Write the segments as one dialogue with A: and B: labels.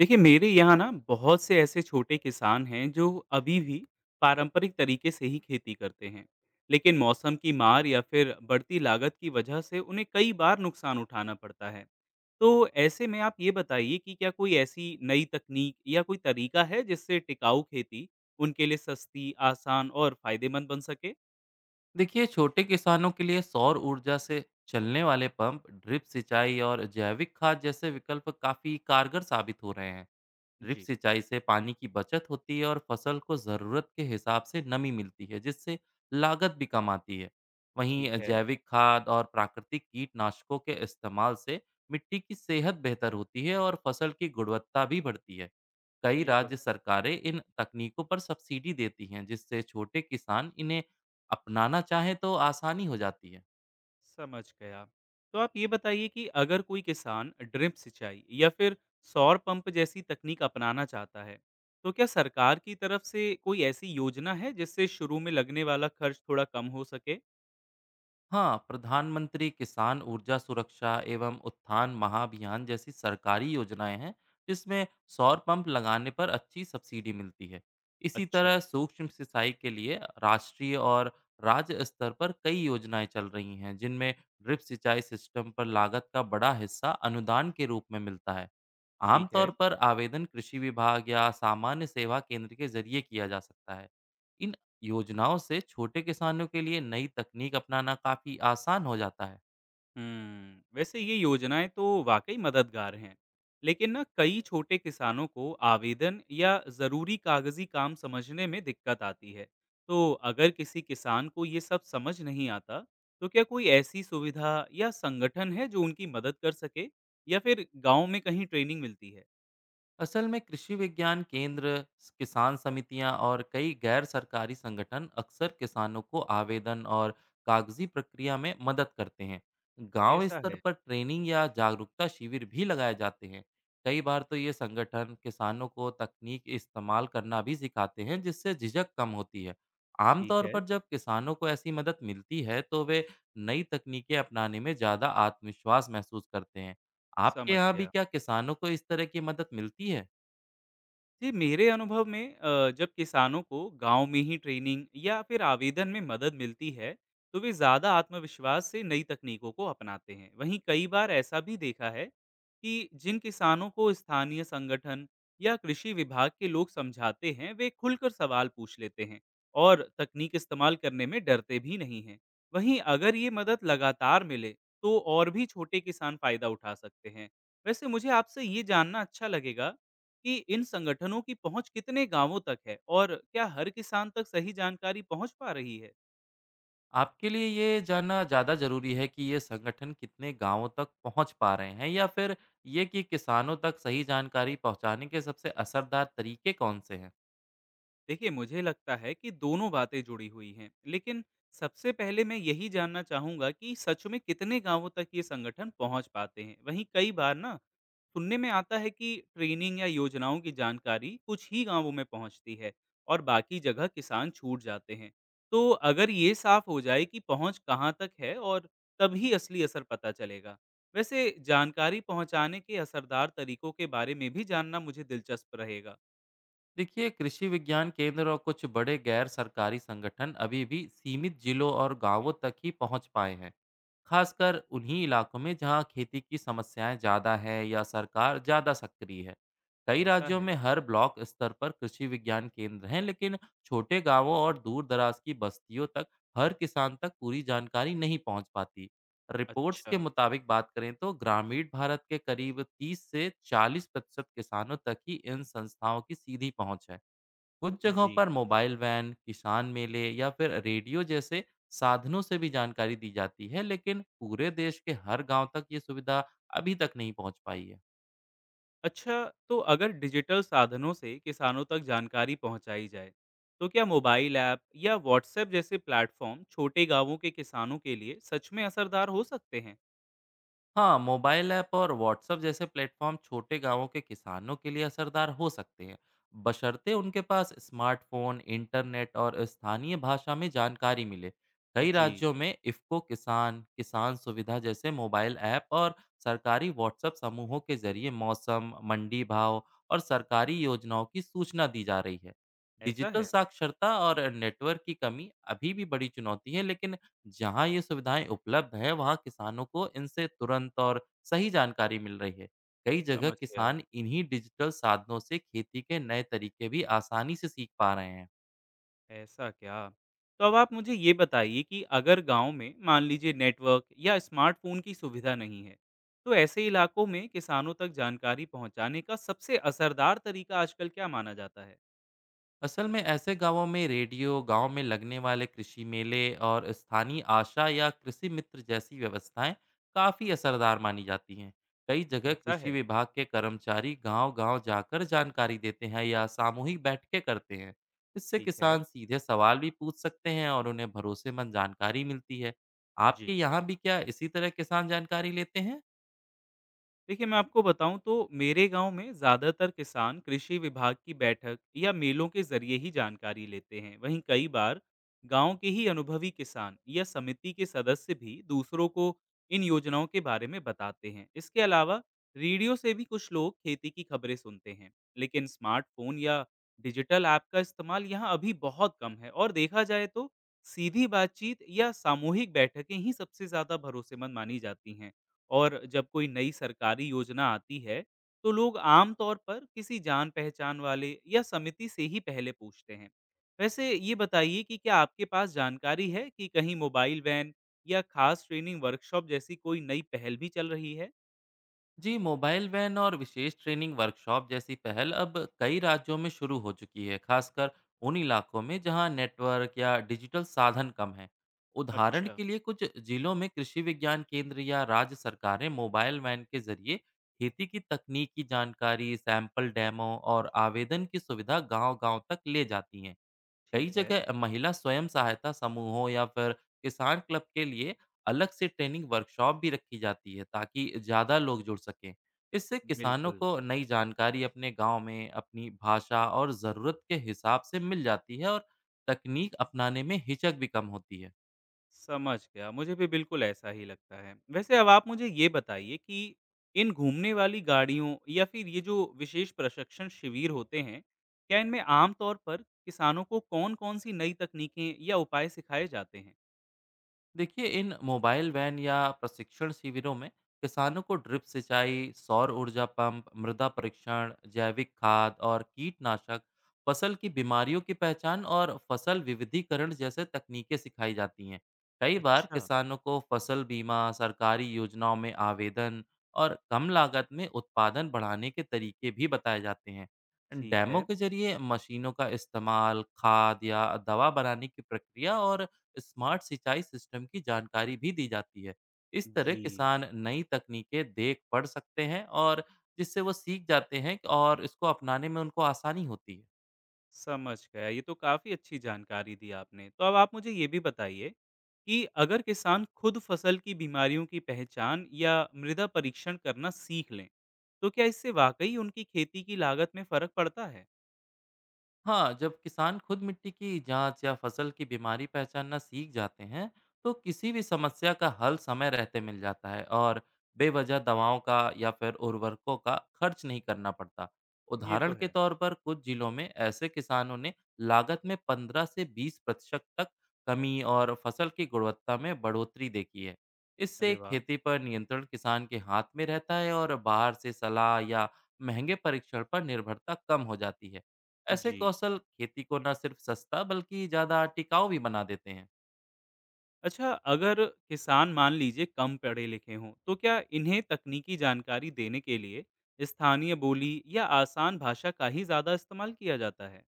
A: देखिए मेरे यहाँ ना बहुत से ऐसे छोटे किसान हैं जो अभी भी पारंपरिक तरीके से ही खेती करते हैं। लेकिन मौसम की मार या फिर बढ़ती लागत की वजह से उन्हें कई बार नुकसान उठाना पड़ता है। तो ऐसे में आप ये बताइए कि क्या कोई ऐसी नई तकनीक या कोई तरीका है जिससे टिकाऊ खेती उनके लिए सस्ती आसान और फायदेमंद बन सके।
B: देखिए, छोटे किसानों के लिए सौर ऊर्जा से चलने वाले पंप, ड्रिप सिंचाई और जैविक खाद जैसे विकल्प काफी कारगर साबित हो रहे हैं। ड्रिप
A: जी।
B: सिंचाई से पानी की बचत होती है और फसल को ज़रूरत के हिसाब से नमी मिलती है, जिससे लागत भी कम आती है।
A: ठीक
B: वहीं
A: है।
B: जैविक खाद और प्राकृतिक कीटनाशकों के इस्तेमाल से मिट्टी की सेहत बेहतर होती है और फसल की गुणवत्ता भी बढ़ती है। कई
A: ये तो
B: राज्य
A: है।
B: सरकारें इन तकनीकों पर सब्सिडी देती हैं, जिससे छोटे किसान इन्हें अपनाना चाहें तो आसानी हो जाती है।
A: समझ गया। तो आप ये बताइए कि अगर कोई किसान ड्रिप सिंचाई या फिर सौर पंप जैसी तकनीक अपनाना चाहता है, तो क्या सरकार की तरफ से कोई ऐसी योजना है जिससे शुरू में लगने वाला खर्च थोड़ा कम हो सके?
B: हाँ, प्रधानमंत्री किसान ऊर्जा सुरक्षा एवं उत्थान महाभियान जैसी सरकारी योजनाएं हैं, जिसमें सौर पंप लगाने पर अच्छी सब्सिडी मिलती है। इसी
A: अच्छा,
B: तरह सूक्ष्म सिंचाई के लिए राष्ट्रीय और राज्य स्तर पर कई योजनाएं चल रही हैं, जिनमें ड्रिप सिंचाई सिस्टम पर लागत का बड़ा हिस्सा अनुदान के रूप में मिलता है।
A: ठीक है।
B: आमतौर पर आवेदन कृषि विभाग या सामान्य सेवा केंद्र के जरिए किया जा सकता है। योजनाओं से छोटे किसानों के लिए नई तकनीक अपनाना काफी आसान हो जाता है।
A: हुँ, वैसे ये योजनाएँ तो वाक़ई मददगार हैं, लेकिन ना कई छोटे किसानों को आवेदन या ज़रूरी कागज़ी काम समझने में दिक्कत आती है। तो अगर किसी किसान को ये सब समझ नहीं आता, तो क्या कोई ऐसी सुविधा या संगठन है जो उनकी मदद कर सके? या फिर गाँव में कहीं ट्रेनिंग मिलती है?
B: असल में कृषि विज्ञान केंद्र, किसान समितियां और कई गैर सरकारी संगठन अक्सर किसानों को आवेदन और कागजी प्रक्रिया में मदद करते हैं। गांव
A: ऐसा
B: स्तर
A: है,
B: पर ट्रेनिंग या जागरूकता शिविर भी लगाए जाते हैं। कई बार तो ये संगठन किसानों को तकनीक इस्तेमाल करना भी सिखाते हैं, जिससे झिझक कम होती है।
A: ठीक
B: आमतौर
A: है,
B: पर जब किसानों को ऐसी मदद मिलती है, तो वे नई तकनीकें अपनाने में ज़्यादा आत्मविश्वास महसूस करते हैं। आपके
A: समझ
B: यहाँ भी
A: गया।
B: क्या किसानों को इस तरह की मदद मिलती है?
A: जी, मेरे अनुभव में जब किसानों को गांव में ही ट्रेनिंग या फिर आवेदन में मदद मिलती है, तो वे ज़्यादा आत्मविश्वास से नई तकनीकों को अपनाते हैं। वहीं कई बार ऐसा भी देखा है कि जिन किसानों को स्थानीय संगठन या कृषि विभाग के लोग समझाते हैं, वे खुलकर सवाल पूछ लेते हैं और तकनीक इस्तेमाल करने में डरते भी नहीं हैं। वहीं अगर ये मदद लगातार मिले, तो और भी छोटे किसान फायदा उठा सकते हैं। वैसे मुझे आपसे ये जानना अच्छा लगेगा कि इन संगठनों की पहुँच कितने गाँवों तक है और क्या हर किसान तक सही जानकारी पहुँच पा रही है?
B: आपके लिए ये जानना ज़्यादा ज़रूरी है कि ये संगठन कितने गाँवों तक पहुँच पा रहे हैं, या फिर ये कि किसानों तक सही जानकारी पहुँचाने के सबसे असरदार तरीके कौन-से हैं?
A: देखिए, मुझे लगता है कि दोनों बातें जुड़ी हुई हैं, लेकिन सबसे पहले मैं यही जानना चाहूँगा कि सच में कितने गाँवों तक ये संगठन पहुँच पाते हैं। वहीं कई बार ना सुनने में आता है कि ट्रेनिंग या योजनाओं की जानकारी कुछ ही गांवों में पहुंचती है और बाकी जगह किसान छूट जाते हैं। तो अगर ये साफ हो जाए कि पहुंच कहां तक है और तभी असली असर पता चलेगा। वैसे जानकारी पहुंचाने के असरदार तरीकों के बारे में भी जानना मुझे दिलचस्प रहेगा।
B: देखिए, कृषि विज्ञान केंद्र और कुछ बड़े गैर सरकारी संगठन अभी भी सीमित जिलों और गाँवों तक ही पहुँच पाए हैं। खासकर उन्हीं इलाकों में जहां खेती की समस्याएं ज़्यादा है या सरकार ज़्यादा सक्रिय है। कई
A: ऐसा
B: राज्यों
A: है।
B: में हर ब्लॉक स्तर पर कृषि विज्ञान केंद्र हैं, लेकिन छोटे गांवों और दूर दराज की बस्तियों तक, हर किसान तक पूरी जानकारी नहीं पहुंच पाती। रिपोर्ट्स के
A: अच्छा।
B: मुताबिक बात करें तो ग्रामीण भारत के करीब 30 से 40% किसानों तक ही इन संस्थाओं की सीधी पहुंच है। कुछ जगहों
A: जी।
B: पर मोबाइल वैन, किसान मेले या फिर रेडियो जैसे साधनों से भी जानकारी दी जाती है, लेकिन पूरे देश के हर गांव तक ये सुविधा अभी तक नहीं पहुंच पाई है।
A: अच्छा, तो अगर डिजिटल साधनों से किसानों तक जानकारी पहुंचाई जाए, तो क्या मोबाइल ऐप या व्हाट्सएप जैसे प्लेटफॉर्म छोटे गांवों के किसानों के लिए सच में असरदार हो सकते हैं?
B: हाँ, मोबाइल ऐप और व्हाट्सएप जैसे प्लेटफॉर्म छोटे गांवों के किसानों के लिए असरदार हो सकते हैं, बशर्ते उनके पास स्मार्टफोन, इंटरनेट और स्थानीय भाषा में जानकारी मिले। कई
A: जी,
B: राज्यों में इफ्को किसान, किसान सुविधा जैसे मोबाइल ऐप और सरकारी व्हाट्सएप समूहों के जरिए मौसम, मंडी भाव और सरकारी योजनाओं की सूचना दी जा रही है।
A: ऐसा
B: डिजिटल
A: है।
B: साक्षरता और नेटवर्क की कमी अभी भी बड़ी चुनौती है, लेकिन जहाँ ये सुविधाएं उपलब्ध है, वहाँ किसानों को इनसे तुरंत और सही जानकारी मिल रही है। कई जगह
A: समझ गया।
B: किसान इन्हीं डिजिटल साधनों से खेती के नए तरीके भी आसानी से सीख पा रहे हैं।
A: ऐसा क्या? तो अब आप मुझे ये बताइए कि अगर गांव में मान लीजिए नेटवर्क या स्मार्टफोन की सुविधा नहीं है, तो ऐसे इलाकों में किसानों तक जानकारी पहुंचाने का सबसे असरदार तरीका आजकल क्या माना जाता है?
B: असल में ऐसे गांवों में रेडियो, गांव में लगने वाले कृषि मेले और स्थानीय आशा या कृषि मित्र जैसी व्यवस्थाएं काफी असरदार मानी जाती हैं। कई जगह
A: ऐसा
B: कृषि
A: है।
B: विभाग के कर्मचारी गांव-गांव जाकर जानकारी देते हैं या सामूहिक बैठकें करते हैं। इससे
A: ठीक है।
B: किसान सीधे सवाल भी पूछ सकते हैं और उन्हें भरोसेमंद जानकारी मिलती है।
A: जी।
B: आपके यहाँ भी क्या इसी तरह किसान जानकारी लेते हैं?
A: देखिए, मैं आपको बताऊँ तो मेरे गाँव में ज़्यादातर किसान कृषि विभाग की बैठक या मेलों के ज़रिए ही जानकारी लेते हैं। वहीं कई बार गाँव के ही अनुभवी किसान या समिति के सदस्य भी दूसरों को इन योजनाओं के बारे में बताते हैं। इसके अलावा रेडियो से भी कुछ लोग खेती की खबरें सुनते हैं। लेकिन स्मार्टफ़ोन या डिजिटल ऐप का इस्तेमाल यहाँ अभी बहुत कम है और देखा जाए तो सीधी बातचीत या सामूहिक बैठकें ही सबसे ज़्यादा भरोसेमंद मानी जाती हैं। और जब कोई नई सरकारी योजना आती है, तो लोग आम तौर पर किसी जान-पहचान वाले या समिति से ही पहले पूछते हैं। वैसे ये बताइए कि क्या आपके पास जानकारी है कि कहीं मोबाइल वैन या खास ट्रेनिंग वर्कशॉप जैसी कोई नई पहल भी चल रही है?
B: जी, मोबाइल वैन और विशेष ट्रेनिंग वर्कशॉप जैसी पहल अब कई राज्यों में शुरू हो चुकी है, खासकर उन इलाकों में जहां नेटवर्क या डिजिटल साधन कम हैं। उदाहरण
A: अच्छा।
B: के लिए कुछ जिलों में कृषि विज्ञान केंद्र या राज्य सरकारें मोबाइल वैन के जरिए खेती की तकनीकी जानकारी, सैंपल डेमो और आवेदन की सुविधा गांव-गांव तक ले जाती हैं। कई
A: ठीक है।
B: जगह महिला स्वयं सहायता समूहों या फिर किसान क्लब के लिए अलग से ट्रेनिंग वर्कशॉप भी रखी जाती है, ताकि ज़्यादा लोग जुड़ सकें। इससे किसानों
A: बिल्कुल।
B: को नई जानकारी अपने गांव में अपनी भाषा और ज़रूरत के हिसाब से मिल जाती है और तकनीक अपनाने में हिचक भी कम होती है।
A: समझ गया, मुझे भी बिल्कुल ऐसा ही लगता है। वैसे अब आप मुझे ये बताइए कि इन घूमने वाली गाड़ियों या फिर ये जो विशेष प्रशिक्षण शिविर होते हैं, क्या इनमें आम तौर पर किसानों को कौन-कौन सी नई तकनीकें या उपाय सिखाए जाते हैं?
B: देखिए, इन मोबाइल वैन या प्रशिक्षण शिविरों में किसानों को ड्रिप सिंचाई, सौर ऊर्जा पंप, मृदा परीक्षण, जैविक खाद और कीटनाशक, फसल की बीमारियों की पहचान और फसल विविधीकरण जैसे तकनीकें सिखाई जाती हैं। कई बार
A: अच्छा।
B: किसानों को फसल बीमा, सरकारी योजनाओं में आवेदन और कम लागत में उत्पादन बढ़ाने के तरीके भी बताए जाते हैं।
A: ठीक
B: डैमों
A: है।
B: के जरिए मशीनों का इस्तेमाल, खाद या दवा बनाने की प्रक्रिया और स्मार्ट सिंचाई सिस्टम की जानकारी भी दी जाती है। इस तरह
A: जी।
B: किसान नई तकनीकें देख पढ़ सकते हैं और जिससे वो सीख जाते हैं और इसको अपनाने में उनको आसानी होती है।
A: समझ गया। ये तो काफ़ी अच्छी जानकारी दी आपने। तो अब आप मुझे ये भी बताइए कि अगर किसान खुद फसल की बीमारियों की पहचान या मृदा परीक्षण करना सीख लें, तो क्या इससे वाक़ई उनकी खेती की लागत में फ़र्क पड़ता है?
B: हाँ, जब किसान खुद मिट्टी की जांच या फसल की बीमारी पहचानना सीख जाते हैं, तो किसी भी समस्या का हल समय रहते मिल जाता है और बेवजह दवाओं का या फिर उर्वरकों का खर्च नहीं करना पड़ता।
A: ये तो
B: उदाहरण के
A: है।
B: तौर पर कुछ जिलों में ऐसे किसानों ने लागत में 15 से 20% तक कमी और फसल की गुणवत्ता में बढ़ोतरी देखी है। इससे
A: अरे वाह!
B: खेती पर नियंत्रण किसान के हाथ में रहता है और बाहर से सलाह या महंगे परीक्षण पर निर्भरता कम हो जाती है। ऐसे
A: जी।
B: कौशल खेती को न सिर्फ सस्ता बल्कि ज्यादा टिकाऊ भी बना देते हैं।
A: अच्छा, अगर किसान मान लीजिए कम पढ़े-लिखे हों, तो क्या इन्हें तकनीकी जानकारी देने के लिए स्थानीय बोली या आसान भाषा का ही ज़्यादा इस्तेमाल किया जाता है?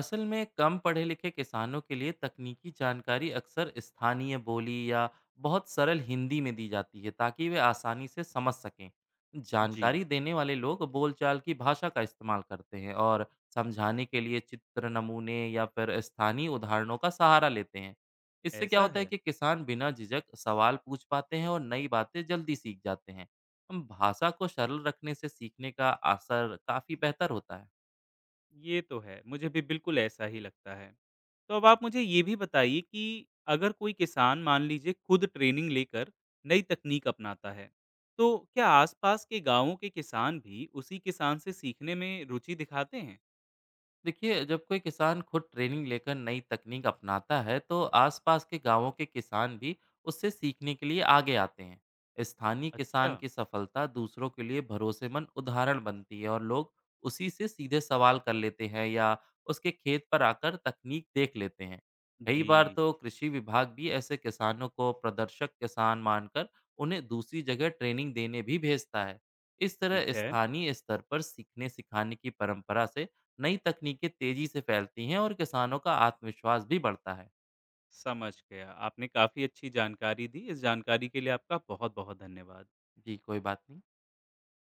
B: असल में कम पढ़े लिखे किसानों के लिए तकनीकी जानकारी अक्सर स्थानीय बोली या बहुत सरल हिंदी में दी जाती है, ताकि वे आसानी से समझ सकें।
A: जी,
B: जानकारी देने वाले लोग बोलचाल की भाषा का इस्तेमाल करते हैं और समझाने के लिए चित्र, नमूने या फिर स्थानीय उदाहरणों का सहारा लेते हैं। इससे क्या
A: ऐसा
B: होता है
A: है।
B: कि किसान बिना झिझक सवाल पूछ पाते हैं और नई बातें जल्दी सीख जाते हैं। हम भाषा को सरल रखने से सीखने का असर काफ़ी बेहतर होता है।
A: ये तो है, मुझे भी बिल्कुल ऐसा ही लगता है। तो अब आप मुझे ये भी बताइए कि अगर कोई किसान मान लीजिए खुद ट्रेनिंग लेकर नई तकनीक अपनाता है, तो क्या आसपास के गाँवों के किसान भी उसी किसान से सीखने में रुचि दिखाते हैं?
B: देखिए, जब कोई किसान खुद ट्रेनिंग लेकर नई तकनीक अपनाता है, तो आसपास के गांवों के किसान भी उससे सीखने के लिए आगे आते हैं। स्थानीय
A: अच्छा,
B: किसान की सफलता दूसरों के लिए भरोसेमंद उदाहरण बनती है और लोग उसी से सीधे सवाल कर लेते हैं या उसके खेत पर आकर तकनीक देख लेते हैं। कई बार
A: जी,
B: तो कृषि विभाग भी ऐसे किसानों को प्रदर्शक किसान मानकर उन्हें दूसरी जगह ट्रेनिंग देने भी भेजता है। इस
A: ठीक
B: तरह
A: है,
B: स्थानीय स्तर पर सीखने सिखाने की परंपरा से नई तकनीकें तेजी से फैलती हैं और किसानों का आत्मविश्वास भी बढ़ता है।
A: समझ गया। आपने काफ़ी अच्छी जानकारी दी, इस जानकारी के लिए आपका बहुत-बहुत धन्यवाद।
B: जी, कोई बात नहीं।